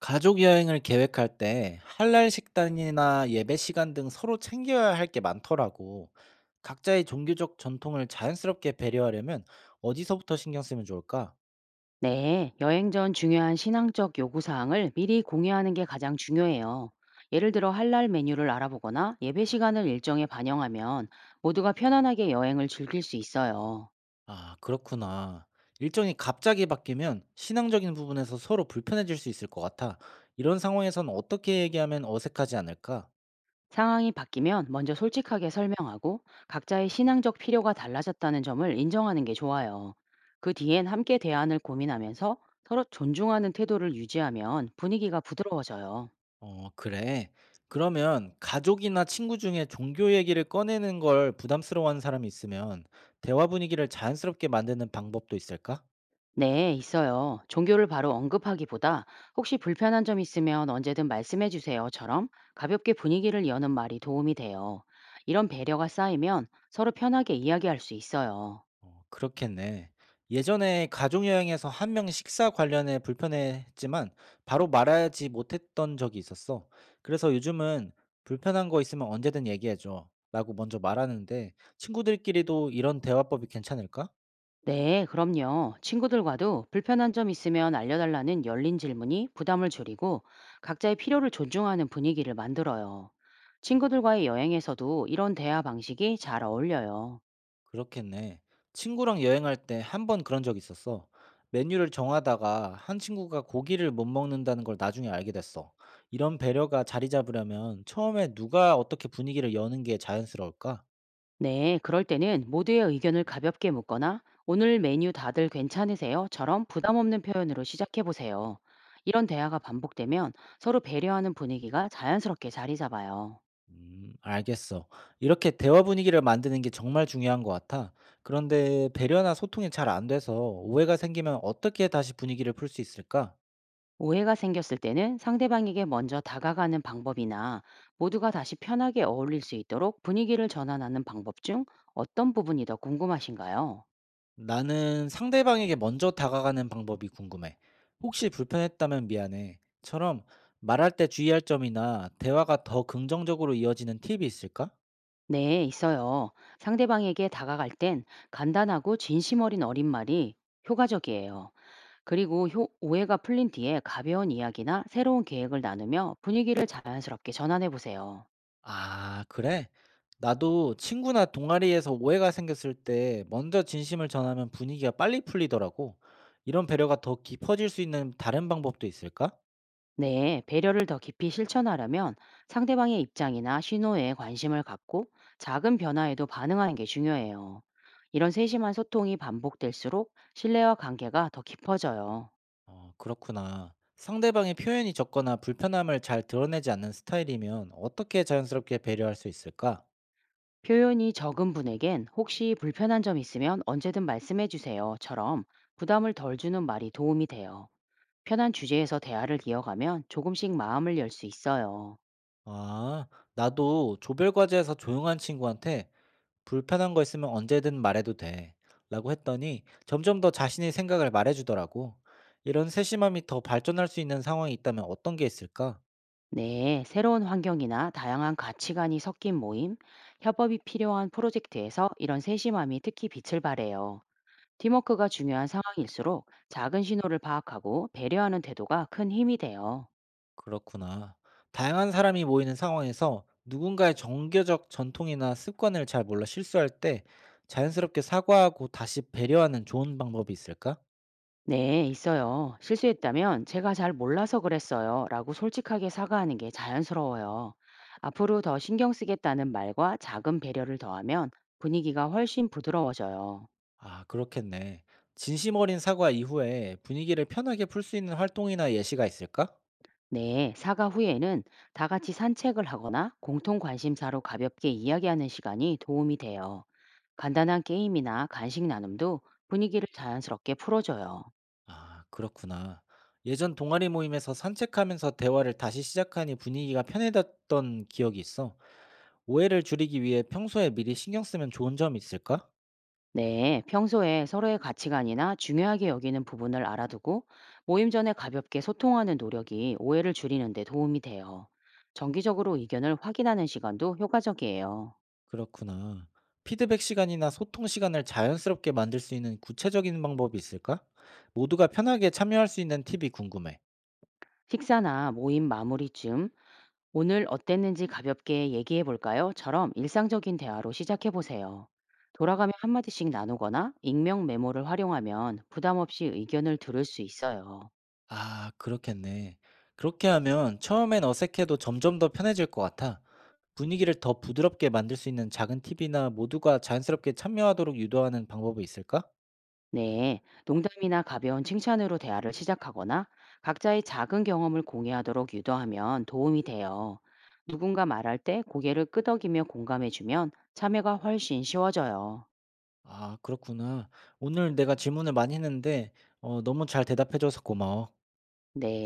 가족 여행을 계획할 때 할랄 식단이나 예배 시간 등 서로 챙겨야 할 게 많더라고. 각자의 종교적 전통을 자연스럽게 배려하려면 어디서부터 신경 쓰면 좋을까? 네, 여행 전 중요한 신앙적 요구사항을 미리 공유하는 게 가장 중요해요. 예를 들어 할랄 메뉴를 알아보거나 예배 시간을 일정에 반영하면 모두가 편안하게 여행을 즐길 수 있어요. 아, 그렇구나. 일정이 갑자기 바뀌면 신앙적인 부분에서 서로 불편해질 수 있을 것 같아. 이런 상황에선 어떻게 얘기하면 어색하지 않을까? 상황이 바뀌면 먼저 솔직하게 설명하고 각자의 신앙적 필요가 달라졌다는 점을 인정하는 게 좋아요. 그 뒤엔 함께 대안을 고민하면서 서로 존중하는 태도를 유지하면 분위기가 부드러워져요. 어, 그래. 그러면 가족이나 친구 중에 종교 얘기를 꺼내는 걸 부담스러워하는 사람이 있으면 대화 분위기를 자연스럽게 만드는 방법도 있을까? 네, 있어요. 종교를 바로 언급하기보다 혹시 불편한 점 있으면 언제든 말씀해 주세요.처럼 가볍게 분위기를 여는 말이 도움이 돼요. 이런 배려가 쌓이면 서로 편하게 이야기할 수 있어요. 어, 그렇겠네. 예전에 가족 여행에서 한 명 식사 관련해 불편했지만 바로 말하지 못했던 적이 있었어. 그래서 요즘은 불편한 거 있으면 언제든 얘기해줘. 라고 먼저 말하는데 친구들끼리도 이런 대화법이 괜찮을까? 네, 그럼요. 친구들과도 불편한 점 있으면 알려달라는 열린 질문이 부담을 줄이고 각자의 필요를 존중하는 분위기를 만들어요. 친구들과의 여행에서도 이런 대화 방식이 잘 어울려요. 그렇겠네. 친구랑 여행할 때 한 번 그런 적 있었어. 메뉴를 정하다가 한 친구가 고기를 못 먹는다는 걸 나중에 알게 됐어. 이런 배려가 자리 잡으려면 처음에 누가 어떻게 분위기를 여는 게 자연스러울까? 네, 그럴 때는 모두의 의견을 가볍게 묻거나 오늘 메뉴 다들 괜찮으세요?처럼 부담 없는 표현으로 시작해 보세요. 이런 대화가 반복되면 서로 배려하는 분위기가 자연스럽게 자리 잡아요. 알겠어. 이렇게 대화 분위기를 만드는 게 정말 중요한 것 같아. 그런데 배려나 소통이 잘 안 돼서 오해가 생기면 어떻게 다시 분위기를 풀 수 있을까? 오해가 생겼을 때는 상대방에게 먼저 다가가는 방법이나 모두가 다시 편하게 어울릴 수 있도록 분위기를 전환하는 방법 중 어떤 부분이 더 궁금하신가요? 나는 상대방에게 먼저 다가가는 방법이 궁금해. 혹시 불편했다면 미안해. 처럼 말할 때 주의할 점이나 대화가 더 긍정적으로 이어지는 팁이 있을까? 네, 있어요. 상대방에게 다가갈 땐 간단하고 진심 어린 말이 효과적이에요. 오해가 풀린 뒤에 가벼운 이야기나 새로운 계획을 나누며 분위기를 자연스럽게 전환해 보세요. 아, 그래? 나도 친구나 동아리에서 오해가 생겼을 때 먼저 진심을 전하면 분위기가 빨리 풀리더라고. 이런 배려가 더 깊어질 수 있는 다른 방법도 있을까? 네, 배려를 더 깊이 실천하려면 상대방의 입장이나 신호에 관심을 갖고 작은 변화에도 반응하는 게 중요해요. 이런 세심한 소통이 반복될수록 신뢰와 관계가 더 깊어져요. 어, 그렇구나. 상대방의 표현이 적거나 불편함을 잘 드러내지 않는 스타일이면 어떻게 자연스럽게 배려할 수 있을까? 표현이 적은 분에겐 혹시 불편한 점 있으면 언제든 말씀해 주세요.처럼 부담을 덜 주는 말이 도움이 돼요. 편한 주제에서 대화를 이어가면 조금씩 마음을 열 수 있어요. 아, 나도 조별 과제에서 조용한 친구한테 불편한 거 있으면 언제든 말해도 돼. 라고 했더니 점점 더 자신의 생각을 말해주더라고. 이런 세심함이 더 발전할 수 있는 상황이 있다면 어떤 게 있을까? 네, 새로운 환경이나 다양한 가치관이 섞인 모임, 협업이 필요한 프로젝트에서 이런 세심함이 특히 빛을 발해요. 팀워크가 중요한 상황일수록 작은 신호를 파악하고 배려하는 태도가 큰 힘이 돼요. 그렇구나. 다양한 사람이 모이는 상황에서 누군가의 정교적 전통이나 습관을 잘 몰라 실수할 때 자연스럽게 사과하고 다시 배려하는 좋은 방법이 있을까? 네, 있어요. 실수했다면 제가 잘 몰라서 그랬어요. 라고 솔직하게 사과하는 게 자연스러워요. 앞으로 더 신경 쓰겠다는 말과 작은 배려를 더하면 분위기가 훨씬 부드러워져요. 아, 그렇겠네. 진심 어린 사과 이후에 분위기를 편하게 풀 수 있는 활동이나 예시가 있을까? 네, 사과 후에는 다 같이 산책을 하거나 공통 관심사로 가볍게 이야기하는 시간이 도움이 돼요. 간단한 게임이나 간식 나눔도 분위기를 자연스럽게 풀어줘요. 아, 그렇구나. 예전 동아리 모임에서 산책하면서 대화를 다시 시작하니 분위기가 편해졌던 기억이 있어. 오해를 줄이기 위해 평소에 미리 신경 쓰면 좋은 점이 있을까? 네, 평소에 서로의 가치관이나 중요하게 여기는 부분을 알아두고 모임 전에 가볍게 소통하는 노력이 오해를 줄이는 데 도움이 돼요. 정기적으로 의견을 확인하는 시간도 효과적이에요. 그렇구나. 피드백 시간이나 소통 시간을 자연스럽게 만들 수 있는 구체적인 방법이 있을까? 모두가 편하게 참여할 수 있는 팁이 궁금해. 식사나 모임 마무리쯤 오늘 어땠는지 가볍게 얘기해 볼까요?처럼 일상적인 대화로 시작해 보세요. 돌아가며 한마디씩 나누거나 익명 메모를 활용하면 부담 없이 의견을 들을 수 있어요. 아, 그렇겠네. 그렇게 하면 처음엔 어색해도 점점 더 편해질 것 같아. 분위기를 더 부드럽게 만들 수 있는 작은 팁이나 모두가 자연스럽게 참여하도록 유도하는 방법이 있을까? 네, 농담이나 가벼운 칭찬으로 대화를 시작하거나 각자의 작은 경험을 공유하도록 유도하면 도움이 돼요. 누군가 말할 때 고개를 끄덕이며 공감해주면 참여가 훨씬 쉬워져요. 아, 그렇구나. 오늘 내가 질문을 많이 했는데, 너무 잘 대답해줘서 고마워. 네.